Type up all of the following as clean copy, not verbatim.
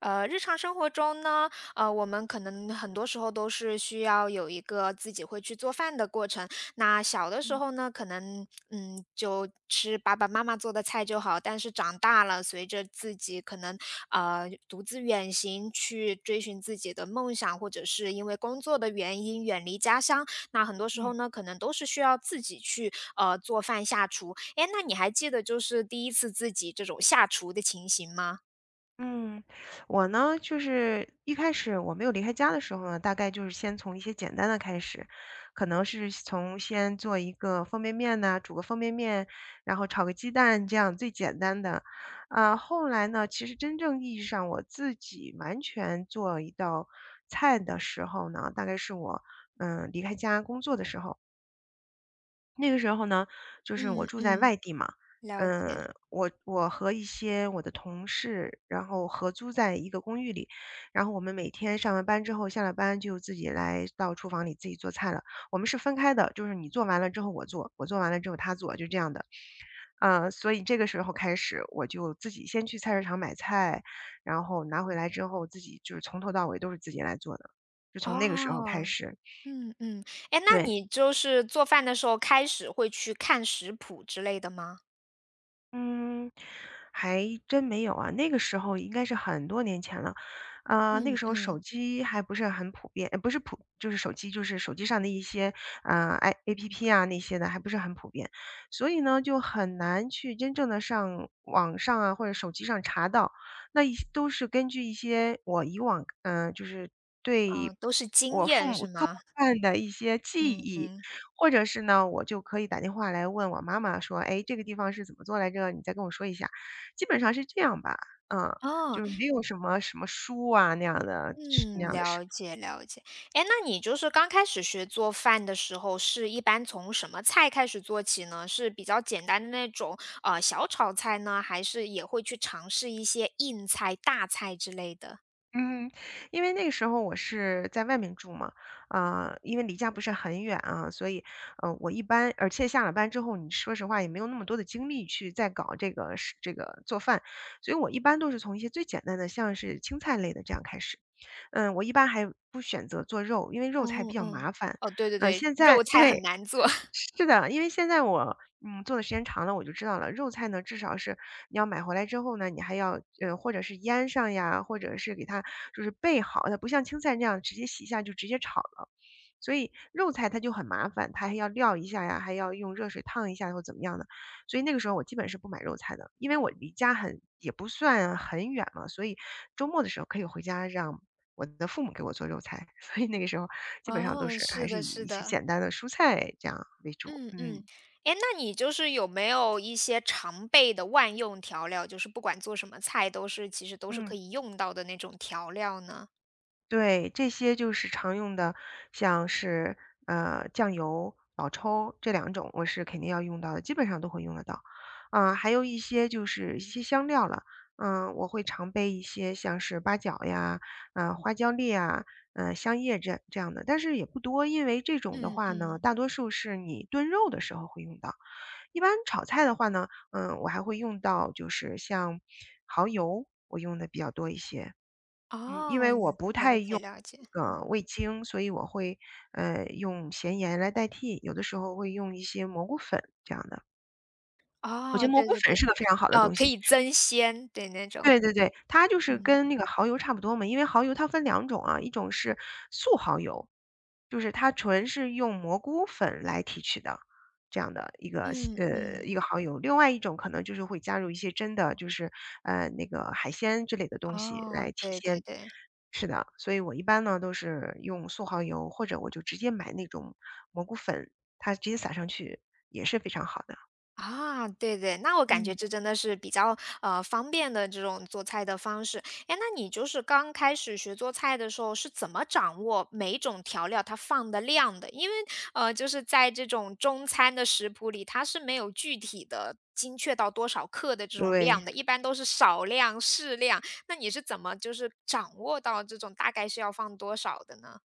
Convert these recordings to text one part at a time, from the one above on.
日常生活中呢，我们可能很多时候都是需要有一个自己会去做饭的过程。那小的时嗯候呢，可能嗯，就吃爸爸妈妈做的菜就好。但是长大了，随着自己可能独自远行去追寻自己的梦想，或者是因为工作的原因远离家乡，那很多时候嗯呢，可能都是需要自己去做饭下厨。诶，那你还记得就是第一次自己这种下厨的情形吗？嗯，我呢，就是一开始我没有离开家的时候呢，大概就是先从一些简单的开始，可能是从先做一个方便面呐、煮个方便面，然后炒个鸡蛋，这样最简单的。啊、后来呢，其实真正意义上我自己完全做一道菜的时候呢，大概是我离开家工作的时候。那个时候呢，就是我嗯住在嗯。外地嘛，了解。我和一些我的同事，然后合租在一个公寓里，然后我们每天上完班之后，下了班就自己来到厨房里自己做菜了。我们是分开的，就是你做完了之后我做，我做完了之后他做，就这样的。所以这个时候开始，我就自己先去菜市场买菜，然后拿回来之后自己就是从头到尾都是自己来做的，就从那个时候开哦，始，嗯嗯。哎，那对。你就是做饭的时候开始会去看食谱之类的吗？嗯，还真没有啊，那个时候应该是很多年前了，啊，那个嗯时候手嗯。机还不是很普遍，呃不是普，就是手机上的一些啊，APP 啊那些的还不是很普遍，所以呢就很难去真正的上网上啊或者手机上查到，那一都是根据一些我以往，就是，哦，对，都是经我父验母是做吗？饭的一些记嗯忆，嗯。或者是呢，我就可以打电话来问我妈妈说："哎，这个地方是怎么做来着？你再跟我说一下。"基本上是这样吧，嗯，就哦。没有什么什么书啊那样的那嗯，样的事。了解了解。哎，那你就是刚开始学做饭的时候，是一般从什么菜开始做起呢？是比较简单的那种，小炒菜呢，还是也会去尝试一些硬菜、大菜之类的？嗯，因为那个时候我是在外面住嘛，啊，因为离家不是很远啊，所以，我一般，而且下了班之后，你说实话也没有那么多的精力去再搞这个做饭，所以我一般都是从一些最简单的，像是青菜类的这样开始。我一般还不选择做肉，因为肉菜嗯比较嗯。麻烦。哦，对对对，现在肉菜很对，难做。是的，因为现在我，做的时间长了，我就知道了，肉菜呢，至少是你要买回来之后呢，你还要，或者是腌上呀，或者是给它就是备好，它不像青菜那样直接洗一下就直接炒了。所以肉菜它就很麻烦，它还要料一下呀，还要用热水烫一下或怎么样的。所以那个时候我基本是不买肉菜的，因为我离家很也不算很远嘛，所以周末的时候可以回家让我的父母给我做肉菜，所以那个时候基本上都哦，是还是是的，以是一些的。简单的蔬菜这样为主，嗯嗯。嗯。哎，那你就是有没有一些常备的万用调料，就是不管做什么菜都是其实都是可嗯。以用到的那种调料呢？对，这些就是常用的，像是，酱油、老抽这两种我是肯定要用到的，基本上都会用得到。啊，还有一些就是一些香料了，我会常备一些像是八角呀，啊，花椒粒啊，香叶这样的，但是也不多，因为这种的嗯话呢，嗯。大多数是你炖肉的时候会用到。一般炒菜的话呢，我还会用到就是像蚝油，我用的比较多一些。因哦，为我不太了用解了这解。个味精，所以我会，用咸盐来代替，有的时候会用一些蘑菇粉这样的。我觉哦，得蘑对菇对粉对。是个非常好的哦，东可西。以增鲜，对，那种。对对对，它就是嗯跟那个蚝油差不多嘛，因为蚝油它分两种啊，一种是素蚝油，就是它纯是用蘑菇粉来提取的，这样的一个嗯呃，嗯。一个蚝油。另外一种可能就是会加入一些真的就是，那个海鲜之类的东西哦，来提对对鲜。对。是的，所以我一般呢都是用素蚝油，或者我就直接买那种蘑菇粉，它直接撒上去也是非常好的。啊，对对，那我感觉嗯。这真的是比较方便的这种做菜的方式。哎，那你就是刚开始学做菜的时候是怎么掌握每一种调料它放的量的？因为就是在这种中餐的食谱里，它是没有具体的精确到多少克的这种量对。的，一般都是少量、适量。那你是怎么就是掌握到这种大概是要放多少的呢？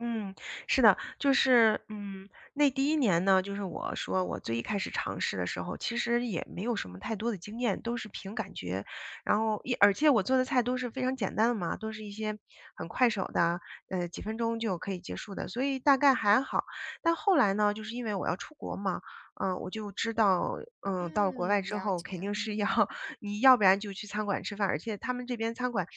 嗯，是的，就是，那第一年呢，就是我说我最一开始尝试的时候，其实也没有什么太多的经验，都是凭感觉。然后而且我做的菜都是非常简单的嘛，都是一些很快手的，几分钟就可以结束的，所以大概还好。但后来呢，就是因为我要出国嘛，我就知道，到了国外嗯，之了后肯解。定是要 你要不然就去餐馆吃饭，而且他们这边餐馆，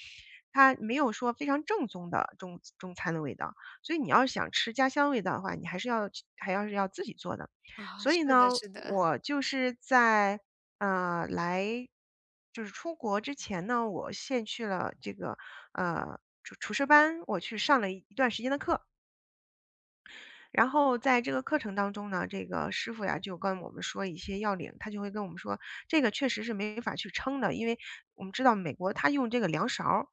它没有说非常正宗的中餐的味道。所以你要是想吃家乡味道的话，你还是要去还要是要自己做的。啊，所以是的，呢，是的。我就是在呃来就是出国之前呢，我先去了这个厨师班，我去上了一段时间的课。然后在这个课程当中呢，这个师傅呀就跟我们说一些要领，他就会跟我们说，这个确实是没法去称的，因为我们知道美国他用这个量勺儿，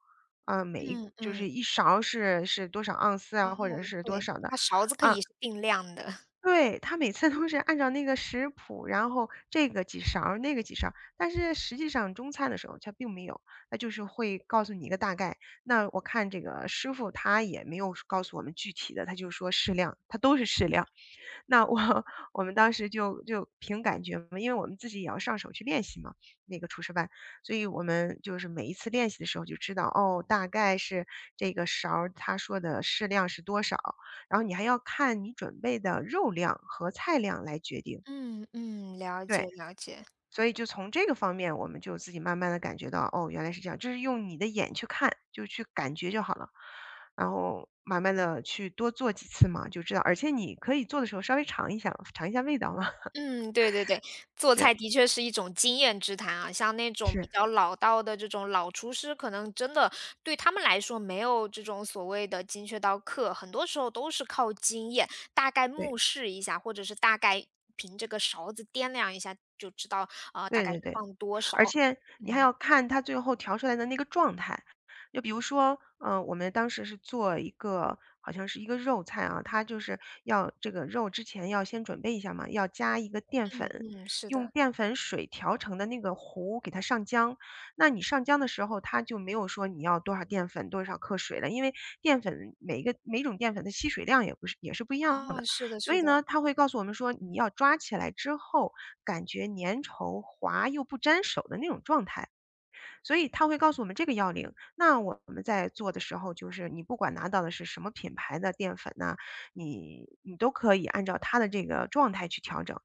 啊、嗯就是嗯。一勺儿是多少盎司哦，啊，或者是多对，少的它勺子可啊、以是定量的。对，他每次都是按照那个食谱，然后这个几勺儿那个几勺儿但是实际上中餐的时候他并没有，它就是会告诉你一个大概。那我看这个师傅他也没有告诉我们具体的，他就说适量，他都是适量。那我 我们当时就凭感觉嘛，因为我们自己也要上手去练习嘛，那个厨师班，所以我们就是每一次练习的时候就知道，哦，大概是这个勺儿他说的适量是多少，然后你还要看你准备的肉量和菜量来决定。嗯嗯，了对，解了解。所以就从这个方面，我们就自己慢慢的感觉到，哦，原来是这样，就是用你的眼去看，就去感觉就好了。然后慢慢的去多做几次嘛，就知道而且你可以做的时候稍微尝一下尝一下味道嘛。嗯，对对对，做是菜的确是一种经验之谈啊。像那种比是，较老道的这种老厨师，可能真的对他们来说没有这种所谓的精确到克，很多时候都是靠经验，大概对，目视一下，或者是大概凭这个勺子掂量一下，就知道啊大对概是对对，放多少。而且你还嗯要看它最后调出来的那个状态。就比如说，我们当时是做一个好像是一个肉菜啊，它就是要这个肉之前要先准备一下嘛，要加一个淀粉，嗯，是用的。淀粉水调成的那个糊给它上浆。那你上浆的时候，它就没有说你要多少淀粉、多少克水了，因为淀粉每一种淀粉的吸水量也是不一样的。哦，是的所是以的。呢，他会告诉我们说，你要抓起来之后，感觉粘稠、滑又不粘手的那种状态。所以他会告诉我们这个要领。那我们在做的时候，就是你不管拿到的是什么品牌的淀粉呐，你都可以按照它的这个状态去调整。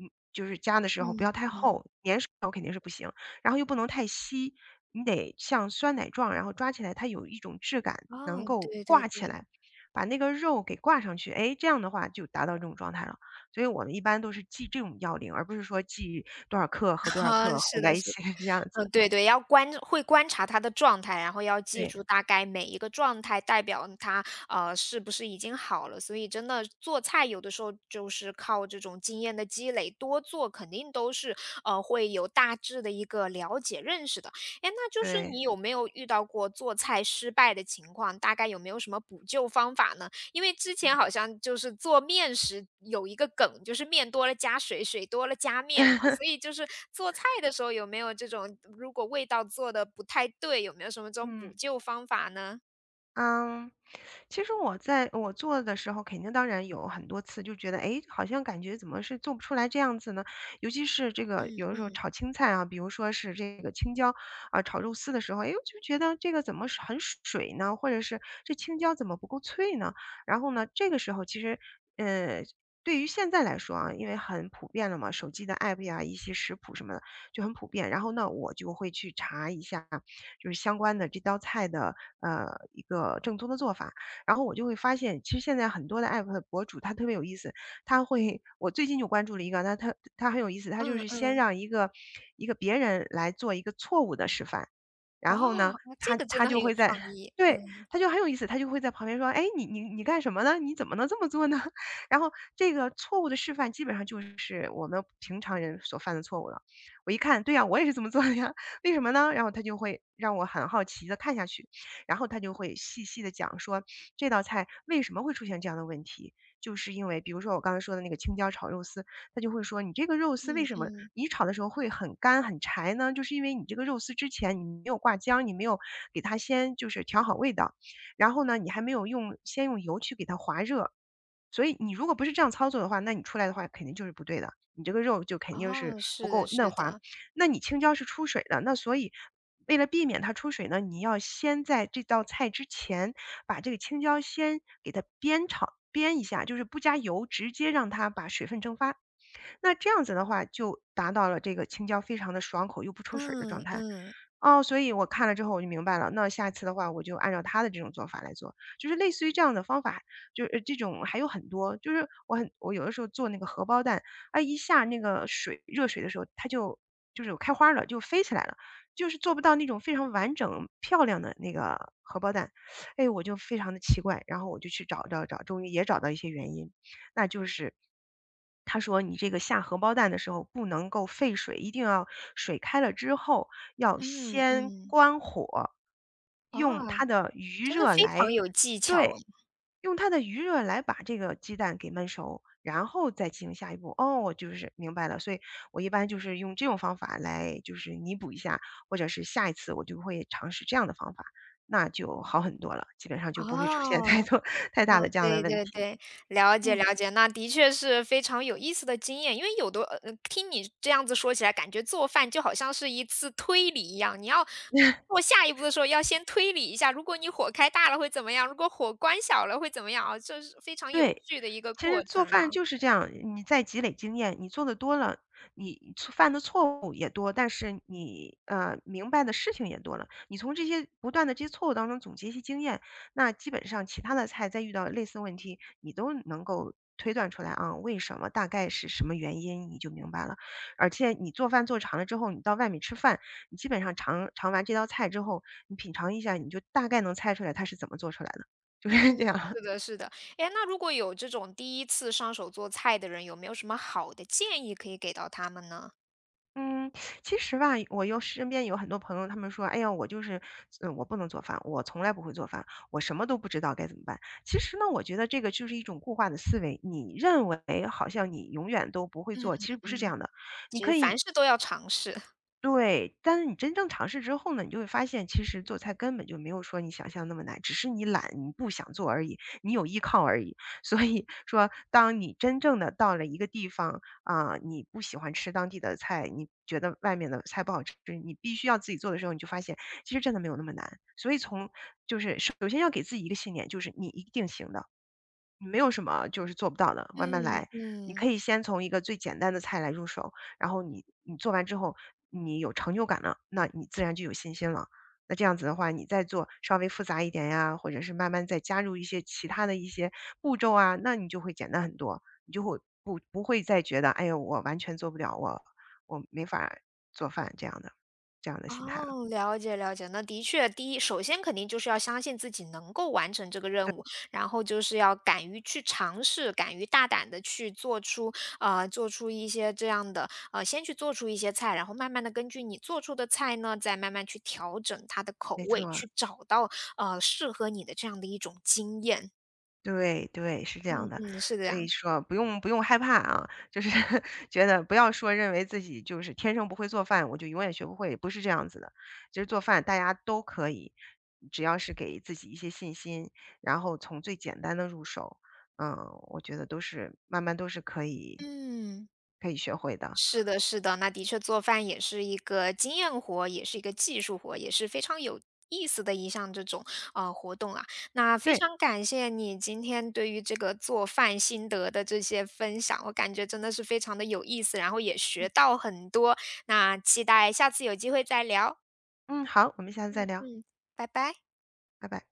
嗯，就是加的时候不要嗯太嗯。厚，粘手肯定是不行，然后又不能太稀，你得像酸奶状，然后抓起来它有一种质感，哦，能够对对挂起对。来，把那个肉给挂上去。哎，这样的话就达到这种状态了。所以我们一般都是记这种要领，而不是说记多少克和多少啊，克是混在的，一是的。起 这样嗯，子。对对，会观察他的状态，然后要记对。住大概每一个状态代表他是不是已经好了。所以真的做菜有的时候就是靠这种经验的积累，多做肯定都是，会有大致的一个了解认识的。哎，那就是你对。有没有遇到过做菜失败的情况？大概有没有什么补救方法呢？因为之嗯 前好像就是做面时有一个梗，就是面多了加水，水多了加面嘛，所以 就是做菜的时候有没有这种，如果味道做的不太对，有没有什么这种嗯。补救方法呢？嗯，其实我在我做的时候，肯定当然有很多次就觉得，哎，好像感觉怎么是做不出来这样子呢？尤其是这嗯个有的时候嗯炒青菜啊，比如说是这个青椒，啊，炒肉丝的时候，哎，我就觉得这个怎么是很水呢？或者是这青椒怎么不够脆呢？然后呢，这个时候其实，呃，对于现在来说啊，因为很普遍了嘛，手机的 app 呀，一些食谱什么的就很普遍。然后呢，我就会去查一下就是相关的这道菜的呃一个正宗的做法。然后我就会发现，其实现在很多的 app 的博主他特别有意思，他会我最近就关注了一个，那他很有意思，他就嗯是先嗯。让一个一个别人来做一个错误的示范，然后呢，哦，那这他个真他的很就有会在。创意，对，嗯他就很有意思，他就会在旁边说：“哎，你干什么呢？你怎么能这么做呢？” 然后这个错误的示范基本上就是我们平常人所犯的错误了。我一看，对呀、我也是这么做的呀。为什么呢？然后他就会让我很好奇的看下去，然后他就会细细的讲说这道菜为什么会出现这样的问题，就是因为比如说我刚才说的那个青椒炒肉丝，他就会说你这个肉丝为嗯什么嗯。你炒的时候会很干很柴呢？就是因为你这个肉丝之前你没有挂浆，你没有给它先就是调好味道，然后呢，你还没有用先用油去给它滑热，所以你如果不是这样操作的话，那你出来的话肯定就是不对的，你这个肉就肯定是哦，不是的够嫩是滑。的。那你青椒是出水的，那所以为了避免它出水呢，你要先在这道菜之前把这个青椒先给它煸炒煸一下，就是不加油，直接让它把水分蒸发。那这样子的话，就达到了这个青椒非常的爽口又不出水的状嗯态。嗯哦，所以我看了之后我就明白了，那下次的话我就按照他的这种做法来做，就是类似于这样的方法，就是这种还有很多，就是我很我有的时候做那个荷包蛋，啊，一下那个水热水的时候，它就就是有开花了，就飞起来了，就是做不到那种非常完整漂亮的那个荷包蛋，哎，我就非常的奇怪，然后我就去找找找，终于也找到一些原因。那就是他说你这个下荷包蛋的时候不能够沸水，一定要水开了之后要嗯先嗯。关火，用它哇，的余真的热非来常有技巧。对，用它的余热来把这个鸡蛋给焖熟，然后再进行下一步。哦，我就是明白了，所以我一般就是用这种方法来就是弥补一下，或者是下一次我就会尝试这样的方法，那就好很多了，基本上就不会出现太哦。多 太哦，大的这样的对问对题。对，了解嗯。了解，那的确是非常有意思的经验。因为有的听你这样子说起来，感觉做饭就好像是一次推理一样，你要 做下一步的时候要先推理一下，如果你火开大了会怎么样，如果火关小了会怎么样啊，这是非常有对，趣的一个其过实做程啊。饭就是这样，你在积累经验，你做的多了，你错犯的错误也多，但是你明白的事情也多了。你从这些不断的这些错误当中总结一些经验，那基本上其他的菜再遇到类似问题，你都能够推断出来啊，为什么，大概是什么原因，你就明白了。而且你做饭做长了之后，你到外面吃饭，你基本上尝尝完这道菜之后，你品尝一下，你就大概能猜出来它是怎么做出来的，就嗯，是这样。是的，是的。哎，那如果有这种第一次上手做菜的人，有没有什么好的建议可以给到他们呢？嗯，其实吧，我又身边有很多朋友，他们说：“哎呀，我就是，嗯，我不能做饭，我从来不会做饭，我什么都不知道该怎么办。”其实呢，我觉得这个就是一种固化的思维，你认为好像你永远都不会嗯做，其实不嗯。是这嗯样的。你其可实以凡事都要尝试。对，但是你真正尝试之后呢，你就会发现，其实做菜根本就没有说你想象那么难，只是你懒，你不想做而已，你有依靠而已。所以 说，当你真正的到了一个地方啊、你不喜欢吃当地的菜，你觉得外面的菜不好吃，你必须要自己做的时候，你就发现其实真的没有那么难。所以从就是首先要给自己一个信念，就是你一定行的。没有什么就是做不到的，慢慢嗯来。你可嗯。以先从一个最简单的菜来入手，然后你做完之后，你有成就感了，那你自然就有信心了。那这样子的话，你再做稍微复杂一点呀，或者是慢慢再加入一些其他的一些步骤啊，那你就会简单很多，你就会不会再觉得，哎呦，我完全做不了，我我没法儿做饭这样的这样的心态了。哦，了解了解。那的确，第一，首先肯定就是要相信自己能够完成这个任务，然后就是要敢于去尝试，敢于大胆的去做出，做出一些这样的，先去做出一些菜，然后慢慢的根据你做出的菜呢，再慢慢去调整它的口没味，错。去找到适合你的这样的一种经验。对对，是这样嗯的。嗯，是这所以样。说不用害怕啊，就是 觉得不要说认为自己就是天生不会做饭，我就永远学不会，不是这样子的。其实做饭大家都可以，只要是给自己一些信心，然后从最简单的入手，嗯，我觉得都是慢慢都是可以嗯。学会的。是的，是的，那的确做饭也是一个经验活，也是一个技术活，也是非常有意思的一项这种活动啊。那非对，常感谢你今天对于这个做饭心得的这些分享，我感觉真的是非常的有意思，然后也学嗯到很多。那期待下次有机会再聊。嗯，好，我们下次再嗯聊，嗯，拜拜。拜拜。